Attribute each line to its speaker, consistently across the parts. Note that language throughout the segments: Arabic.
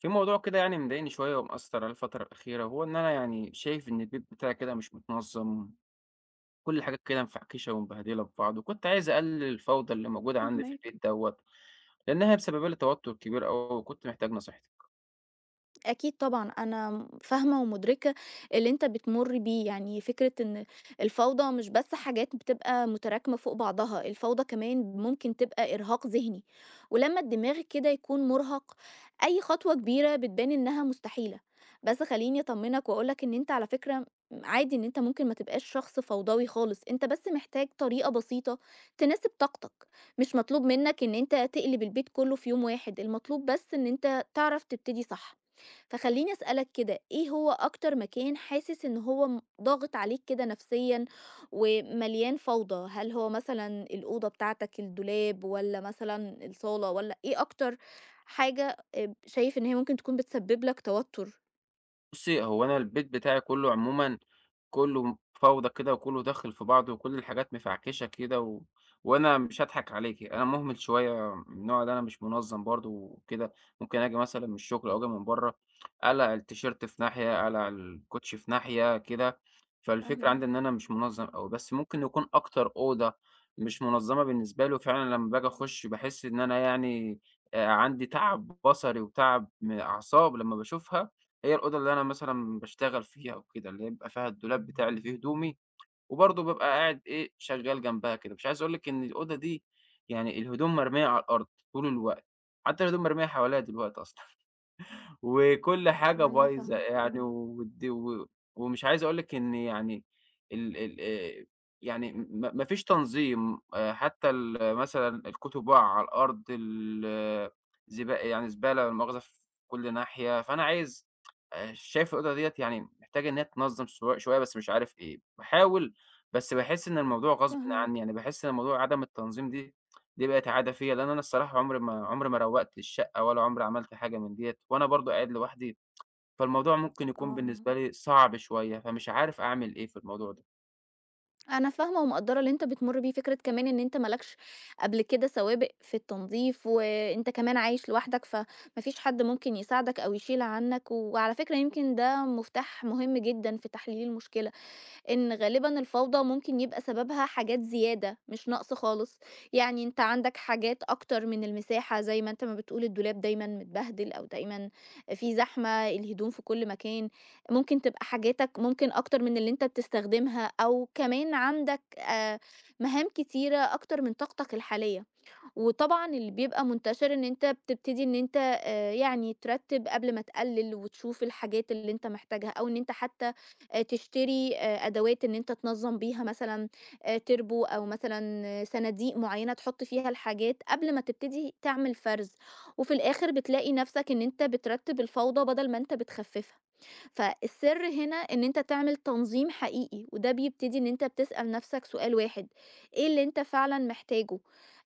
Speaker 1: في موضوع كده يعني مضايقني شوية ومأثر على الفترة الأخيرة، هو إن أنا يعني شايف إن البيت بتاعي كده مش متنظم. كل الحاجات كده مفعكشة ومبهدلة في بعض، وكنت عايز أقلل الفوضى اللي موجودة عندي في
Speaker 2: فاهماك.
Speaker 1: البيت دوت، لأنها بسبب لي توتر كبير أوي، وكنت محتاج نصيحتك.
Speaker 2: أكيد طبعًا، أنا فاهمة ومُدركة اللي أنت بتمُر بيه، يعني فكرة إن الفوضى مش بس حاجات بتبقى متراكمة فوق بعضها، الفوضى كمان ممكن تبقى إرهاق ذهني، ولمّا الدماغ كده يكون مُرهَق، أي خطوة كبيرة بتبان إنها مستحيلة، بس خلّيني أطمّنك وأقول لك إن أنت على فكرة عادي إن أنت ممكن ما تبقاش شخص فوضوي خالص، أنت بس محتاج طريقة بسيطة تناسب طاقتك، مش مطلوب منك إن أنت تقلب البيت كُلّه في يوم واحد، المطلوب بس إن أنت تعرف تبتدي صح. فخلّيني أسألك كده، إيه هو أكتر مكان حاسس إن هو ضاغط عليك كده نفسيًا ومليان فوضى؟ هل هو مثلًا الأوضة بتاعتك، الدولاب والّا مثلًا الصالة والّا إيه أكتر حاجة شايف إن هي ممكن تكون بتسبب لك توتر؟
Speaker 1: بُصّي، هو أنا البيت بتاعي كلّه عمومًا كلّه فوضى كده، وكلّه داخل في بعضه، وكل الحاجات مفعكشة كده و وأنا مش هاضحك عليكِ، أنا مهمل شوية من النوع اللي أنا مش منظّم برضه وكده. ممكن آجي مثلًا من الشغل أو آجي من برّه، أقلع التيشيرت في ناحية، أقلع الكوتشي في ناحية كده. فالفكرة عندي
Speaker 2: فاهماك،
Speaker 1: إن أنا مش منظّم أوي، بس ممكن يكون أكتر أوضة مش منظّمة بالنسبة لي. وفعلًا لمّا باجي أخُش باحس إن أنا يعني عندي تعب بصري وتعب م أعصاب لمّا باشوفها. هي الأوضة اللي أنا مثلًا باشتغل فيها وكده، اللي هي بيبقى فيها الدولاب بتاعي اللي فيه هدومي، وبرضه بابقى قاعد إيه، شغّال جنبها كده. مش عايز أقول لِك إن الأوضة دي يعني الهدوم مرمية على الأرض طول الوقت، حتى الهدوم مرمية حواليّا دلوقتي أصلًا. وكل حاجة
Speaker 2: لا، أنا
Speaker 1: بايظة
Speaker 2: فاهمة،
Speaker 1: يعني
Speaker 2: إمم،
Speaker 1: ود و ومش عايز أقول لِك إن يعني ال ال يعني ما فيش تنظيم، حتى ال مثلًا الكتب واقعة على الأرض، ال زبا يعني زبالة لا مؤاخذة في كل ناحية. فأنا عايز، شايف الأوضة ديّة يعني محتاجة إن هي تنظم شوية، بس مش عارف إيه، باحاول، بس باحس إن الموضوع غصبٍ عني.
Speaker 2: فاهماك،
Speaker 1: يعني باحس إن موضوع عدم التنظيم دي بقت عادة فيّا، لإن أنا الصراحة عمري ما روّقت الشقة ولا عمري عملت حاجة من ديّة، وأنا برضه قاعد لوحدي. فالموضوع ممكن يكون
Speaker 2: آه.
Speaker 1: بالنسبة لي صعب شوية، فمش عارف أعمل إيه في الموضوع ده.
Speaker 2: أنا فاهمة ومقدّرة اللي أنت بتمُر بيه، فكرة كمان إن أنت ما لكش قبل كده سوابق في التنضيف، وأنت كمان عايش لوحدك، فما فيش حد ممكن يساعدك أو يشيل عنّك، وعلى فكرة يمكن ده مفتاح مهم جدًا في تحليل المشكلة، إن غالبًا الفوضى ممكن يبقى سببها حاجات زيادة، مش نقص خالص، يعني أنت عندك حاجات أكتر من المساحة زي ما أنت ما بتقول الدولاب دايمًا متبهدل أو دايمًا في زحمة، الهدوم في كل مكان، ممكن تبقى حاجاتك ممكن أكتر من اللي أنت بتستخدمها أو كمان عندك مهام كتيرة أكتر من طاقتك الحالية. وطبعًا اللي بيبقى منتشر إن أنت بتبتدي إن أنت يعني ترتّب قبل ما تقلّل وتشوف الحاجات اللي أنت محتاجها، أو إن أنت حتى تشتري أدوات إن أنت تنظّم بيها مثلًا تربو أو مثلًا صناديق معيّنة تحُط فيها الحاجات قبل ما تبتدي تعمل فرز، وفي الآخر بتلاقي نَفْسك إن أنت بترتّب الفوضى بدل ما أنت بتخفّفها. فالسر هنا إن أنت تعمل تنظيم حقيقي، وده بيبتدي إن أنت بتسأل نفسك سؤال واحد، إيه اللي أنت فعلًا محتاجه؟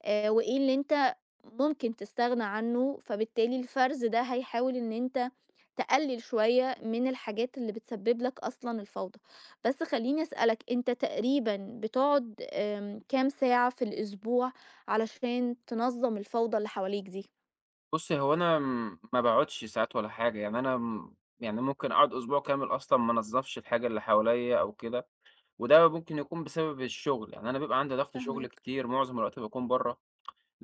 Speaker 2: وإيه اللي أنت ممكن تستغنى عنه؟ فبالتالي الفرز ده هيحاول إن أنت تقلل شوية من الحاجات اللي بتسبب لك أصلًا الفوضى. بس خلّيني أسألك، أنت تقريبًا بتقعد كام ساعة في الأسبوع علشان تنظم الفوضى اللي حواليك دي؟
Speaker 1: بُصّي، هو أنا م ما باقعدش ساعات ولا حاجة، يعني أنا م يعني ممكن أقعد أسبوع كامل أصلًا ما انضّفش الحاجة اللي حواليّا أو كده، وده ممكن يكون بسبب الشغل. يعني أنا بيبقى عندي ضغط شغل
Speaker 2: فاهماك،
Speaker 1: كتير، معظم الوقت باكون برّه.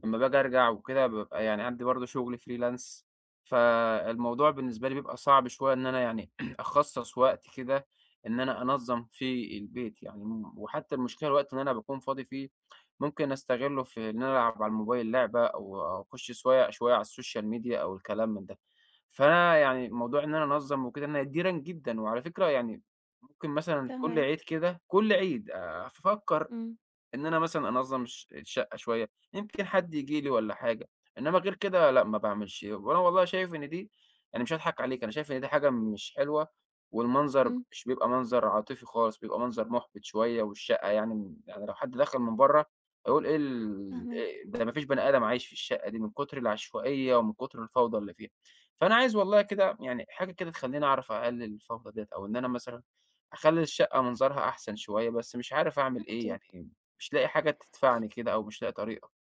Speaker 1: لمّا باجي أرجع وكده بابقى يعني عندي برضه شغل freelance، فالموضوع بالنسبة لي بيبقى صعب شوية إن أنا يعني أخصّص وقت كده إن أنا أنظّم فيه البيت يعني. م وحتى المشكلة الوقت اللي أنا باكون فاضي فيه ممكن أستغلّه في إن أنا ألعب على الموبايل لعبة، أو أخُش سوايع شوية على السوشيال ميديا أو الكلام من ده. فأنا يعني موضوع إن أنا أنظّم وكده أنا نادرًا جدًا. وعلى فكرة يعني ممكن مثلًا كل
Speaker 2: فاهماك.
Speaker 1: عيد كده كل عيد أفكّر
Speaker 2: إمم،
Speaker 1: إن أنا مثلًا أنظّم الشقة شوية، يمكن حد ييجي لي والّا حاجة. إنّما غير كده لأ ما باعملش. وأنا والله شايف إن دي يعني مش هاضحك عليك، أنا شايف إن دي حاجة مش حلوة، والمنظر
Speaker 2: إمم.
Speaker 1: مش بيبقى منظر عاطفي خالص، بيبقى منظر مُحبِط شوية. والشقة يعني لو حد دخل من برّه هيقول إيه ال
Speaker 2: فاهماك،
Speaker 1: إيه ده، ما فيش بني آدم عايش في الشقة دي من كتر العشوائية ومن كتر الفوضى اللي فيها. فأنا عايز والله كده يعني حاجة كده تخلّيني أعرف أقلل الفوضى ديّة، أو إن أنا مثلًا أخلّي الشقة منظرها أحسن شوية، بس مش عارف أعمل إيه
Speaker 2: أكيد.
Speaker 1: يعني. مش لاقي حاجة تدفعني كده، أو مش لاقي طريقة.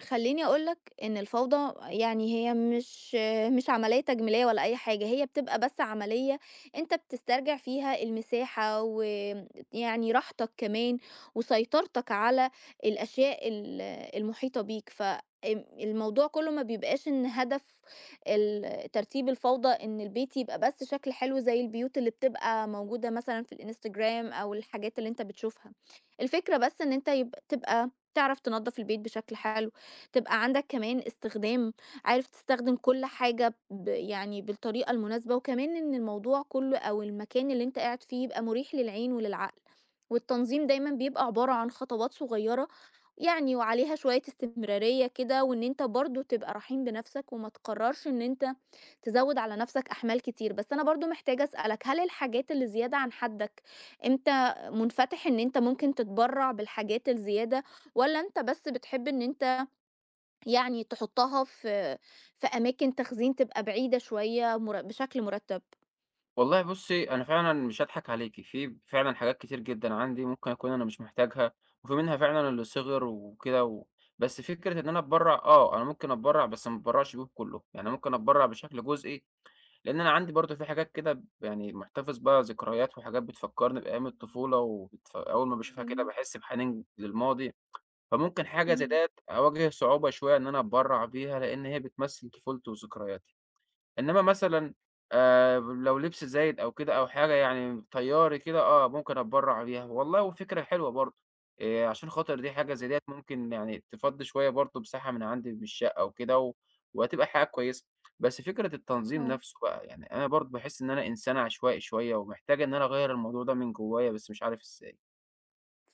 Speaker 2: خلّيني أقول لك إن الفوضى يعني هي مش عملية تجميلية ولا أي حاجة، هي بتبقى بس عملية أنت بتسترجع فيها المساحة ويعني راحتك كمان وسيطرتك على الأشياء المحيطة بيك، ف آمم، الموضوع كُلّه ما بيبقاش إن هدف ترتيب الفوضى إن البيت يبقى بس شكل حلو زي البيوت اللي بتبقى موجودة مثلًا في الإنستجرام أو الحاجات اللي أنت بتشوفها، الفكرة بس إن أنت تبقى تعرف تنضّف البيت بشكل حلو. تبقى عندك كمان استخدام عارف تستخدم كل حاجة يعني بالطريقة المناسبة، وكمان إن الموضوع كله أو المكان اللي أنت قاعد فيه يبقى مريح للعين وللعقل، والتنظيم دايمًا بيبقى عبارة عن خطوات صغيرة يعني وعليها شوية استمرارية كده، وإن أنت برضه تبقى رحيم بنفسك وما تقررش إن أنت تزوّد على نفسك أحمال كتير، بس أنا برضه محتاجة أسألك هل الحاجات اللي زيادة عن حدك أنت منفتح إن أنت ممكن تتبرّع بالحاجات الزيادة، والّا أنت بس بتحب إن أنت يعني تحطها في في أماكن تخزين تبقى بعيدة شوية بشكل مُرتّب.
Speaker 1: والله بُصّي، أنا فعلًا مش هاضحك عليكِ، في فعلًا حاجات كتير جدًا عندي ممكن أكون أنا مش محتاجها، وفي منها فعلًا اللي صِغِر وكده و بس فكرة إن أنا أتبرّع، آه، أنا ممكن أتبرّع بس ما أتبرّعش بيهم كُلّهم، يعني ممكن أتبرّع بشكل جزئي. لإن أنا عندي برضه في حاجات كده ب يعني محتفظ بيها ذكريات، وحاجات بتفكّرني بأيام الطفولة، أول ما باشوفها كده
Speaker 2: جميل،
Speaker 1: باحس بحنين للماضي. فممكن حاجة زي
Speaker 2: إمم،
Speaker 1: ديّة أواجه صعوبة شوية إن أنا أتبرّع بيها، لإن هي بتمثّل طفولتي وذكرياتي. إنما مثلًا لو لبس زايد أو كده أو حاجة يعني طياري كده آه، ممكن أتبرّع بيها، والله فكرة حلوة برضه. عشان خاطر دي حاجة زي ديّة ممكن يعني تفضّي شوية برضه مساحة من عندي من الشقة وكده و وهتبقى حاجة كويسة. بس فكرة التنظيم
Speaker 2: آه.
Speaker 1: نَفْسه بقى، يعني أنا برضه باحس إن أنا إنسان عشوائي شوية، ومحتاج إن أنا أغيّر الموضوع ده من جوّايا، بس مش عارف إزاي.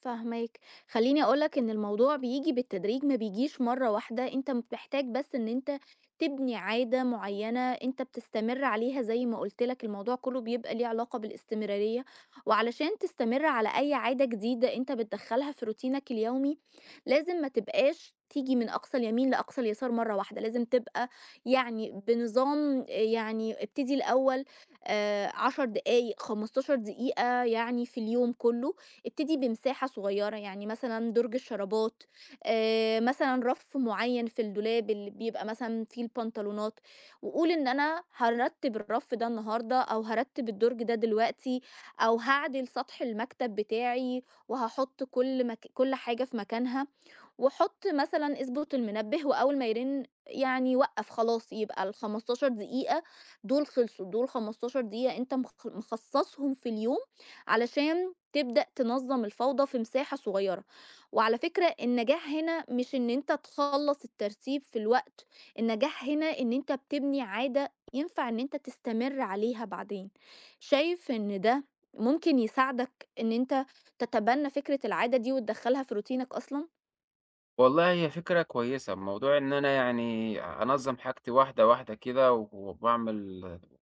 Speaker 2: فاهماك. خلّيني أقول لك إن الموضوع بييجي بالتدريج، ما بيجيش مرّة واحدة، أنت محتاج بس إن أنت تبني عادة معيّنة أنت بتستمر عليها زي ما قُلت لك الموضوع كُلّه بيبقى ليه علاقة بالاستمرارية، وعلشان تستمر على أي عادة جديدة أنت بتدخّلها في روتينك اليومي، لازم ما تبقاش تيجي من أقصى اليمين لأقصى اليسار مرّة واحدة، لازم تبقى يعني بنظام يعني ابتدي الأول 10 دقايق، 15 دقيقة يعني في اليوم كُلّه. ابتدي بمساحة صغيرة يعني مثلا درج الشرابات آه، مثلا رف معين في الدولاب اللي بيبقى مثلا فيه البنطلونات وقول ان انا هرتب الرف ده النهاردة او هرتب الدرج ده دلوقتي او هعدل سطح المكتب بتاعي وهحط كل حاجة في مكانها واحط مثلًا اضبط المنبه وأول ما يرن يعني وقّف خلاص، يبقى ال15 دقيقة دول خلصوا، دول 15 دقيقة أنت مخصصهم في اليوم علشان تبدأ تنظم الفوضى في مساحة صغيرة، وعلى فكرة النجاح هنا مش إن أنت تخلّص الترتيب في الوقت، النجاح هنا إن أنت بتبني عادة ينفع إن أنت تستمر عليها بعدين، شايف إن ده ممكن يساعدك إن أنت تتبنى فكرة العادة دي وتدخّلها في روتينك أصلًا؟
Speaker 1: والله هي فكرة كويسة، موضوع إن أنا يعني أنظّم حاجتي واحدة، واحدة كده و وباعمل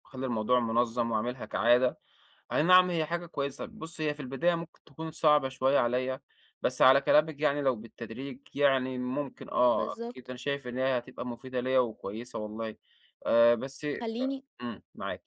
Speaker 1: أخلّي الموضوع منظّم وأعملها كعادة، أي نعم هي حاجة كويسة. بُصّ، هي في البداية ممكن تكون صعبة شوية عليّا، بس على كلامِك يعني لو بالتدريج يعني ممكن آه، أكيد
Speaker 2: بالضبط.
Speaker 1: أنا شايف إن هي هتبقى مفيدة ليّا وكويسة والله. بس،
Speaker 2: خلّيني
Speaker 1: معاكِ.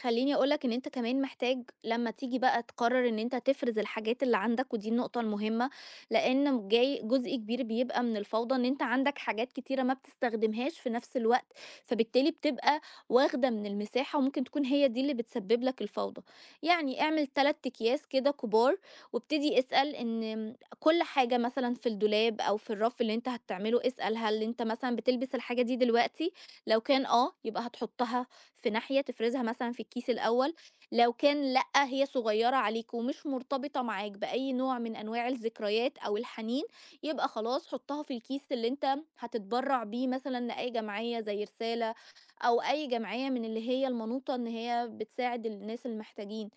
Speaker 2: خلّيني أقول لك إن أنت كمان محتاج لمّا تيجي بقى تقرر إن أنت تفرز الحاجات اللي عندك ودي النقطة المهمة، لإن جاي جزء كبير بيبقى من الفوضى إن أنت عندك حاجات كتيرة ما بتستخدمهاش في نفس الوقت، فبالتالي بتبقى واخدة من المساحة وممكن تكون هي دي اللي بتسبب لك الفوضى. يعني اعمل 3 أكياس كده كبار وابتدي اسأل إن كل حاجة مثلًا في الدولاب أو في الرف اللي أنت هتعمله اسأل هل أنت مثلًا بتلبس الحاجة دي دلوقتي؟ لو كان آه، يبقى هتحطها في ناحية تفرزها مثلًا في الكيس الأول، لو كان لأ هي صغيّرة عليك ومش مرتبطة معاك بأي نوع من أنواع الذكريات أو الحنين، يبقى خلاص حُطّها في الكيس اللي أنت هتتبرّع بيه مثلًا لأي جمعية زي رسالة أو أي جمعية من اللي هي المنوطة إن هي بتساعد الناس المحتاجين.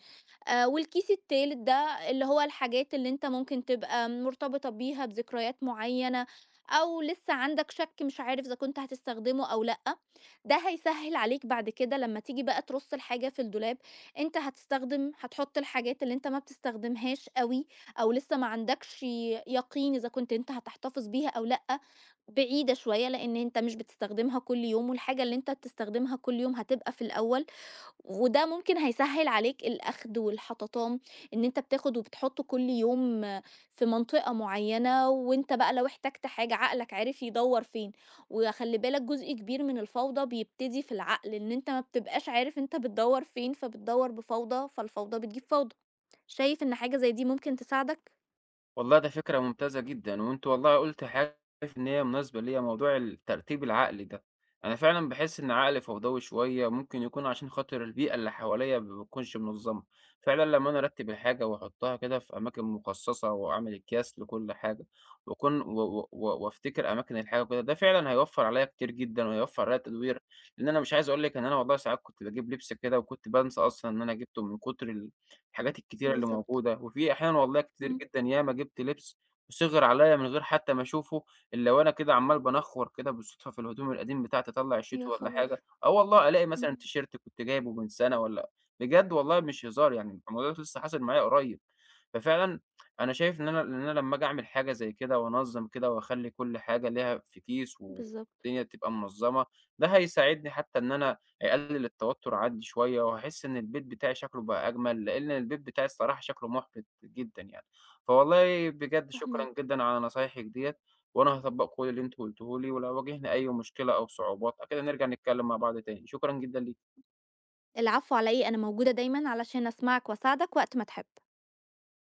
Speaker 2: والكيس التالت ده اللي هو الحاجات اللي أنت ممكن تبقى مرتبطة بيها بذكريات معيّنة، أو لسه عندك شَك مش عارف إذا كنت هتستخدمه أو لأ، ده هيسهّل عليك بعد كده لمّا تيجي بقى ترُص الحاجة في الدولاب، أنت هتستخدم هتحُط الحاجات اللي أنت ما بتستخدمهاش أوي، أو لسه ما عندكش يقين إذا كنت أنت هتحتفظ بيها أو لأ، بعيدة شوية لإن أنت مش بتستخدمها كل يوم، والحاجة اللي أنت بتستخدمها كل يوم هتبقى في الأول. وده ممكن هيسهّل عليك الأخد والحططام، إن أنت بتاخد وبتحُط كل يوم في منطقة معيّنة، وأنت بقى لو احتجت حاجة عقلك عرف يدوّر فين، وخلّي بالك جزء كبير من الفوضى بيبتدي في العقل، إن أنت ما بتبقاش عارف أنت بتدوّر فين، فبتدوّر بفوضى، فالفوضى بتجيب فوضى. شايف إن حاجة زي دي ممكن تساعدك؟
Speaker 1: والله ده فكرة ممتازة جدًا، وأنت والله قُلت حاجة شايف إن هي مناسبة ليّا، موضوع الترتيب العقلي ده. أنا فعلًا باحس إن عقلي فوضوي شوية، ممكن يكون عشان خاطر البيئة اللي حواليّا ما بتكونش منظمة. فعلًا لمّا أنا أرتب الحاجة وأحطها كده في أماكن مخصصة، وأعمل أكياس لكل حاجة، وأكون و و و وأفتكر أماكن الحاجة وكده، ده فعلًا هيوفّر عليّا كتير جدًا، وهيوفّر عليّا تدوير. لإن أنا مش عايز أقول لِك إن أنا والله ساعات كنت باجيب لبس كده، وكنت بانسى أصلًا إن أنا جبته من كتر الحاجات الكتيرة اللي
Speaker 2: بالضبط.
Speaker 1: موجودة. وفي أحيانا والله كتير
Speaker 2: إمم.
Speaker 1: جدًا ياما جِبت لبس وصِغِر عليَّ من غير حتى ما أشوفه، إلا وأنا كده عمّال بانخّور كده بالصدفة في الهدوم القديم بتاعتي أطلّع الشيت
Speaker 2: يا
Speaker 1: والّا حاجة،
Speaker 2: خبر!
Speaker 1: آه والله ألاقي مثلًا
Speaker 2: إمم.
Speaker 1: تيشيرت كنت جايبه من سَنة والّا بجد والله مش هزار، يعني الموضوع ده لسه حاصل معايا قريب. ففعلًا أنا شايف إن أنا إن أنا لمّا آجي أعمل حاجة زي كده وأنظّم كده وأخلّي كل حاجة ليها في كيس،
Speaker 2: بالضبط،
Speaker 1: والدنيا تبقى منظّمة، ده هيساعدني، حتى إن أنا هيقلل التوتر عندي شوية، وهاحس إن البيت بتاعي شكله بقى أجمل، لإن البيت بتاعي الصراحة شكله مُحبِط جدًا يعني. فوالله بجد شكرًا
Speaker 2: فاهماك.
Speaker 1: جدًا على نصايحِك ديّة، وأنا هاطبّق كل اللي أنتِ قُلتيه لي، ولو واجهنا أي مشكلة أو صعوبات أكيد هنرجع نتكلّم مع بعض تاني، شكرًا جدًا ليكِ.
Speaker 2: العفو على إيه، أنا موجودة دايمًا علشان أسمعك وأساعدك وقت ما تحب.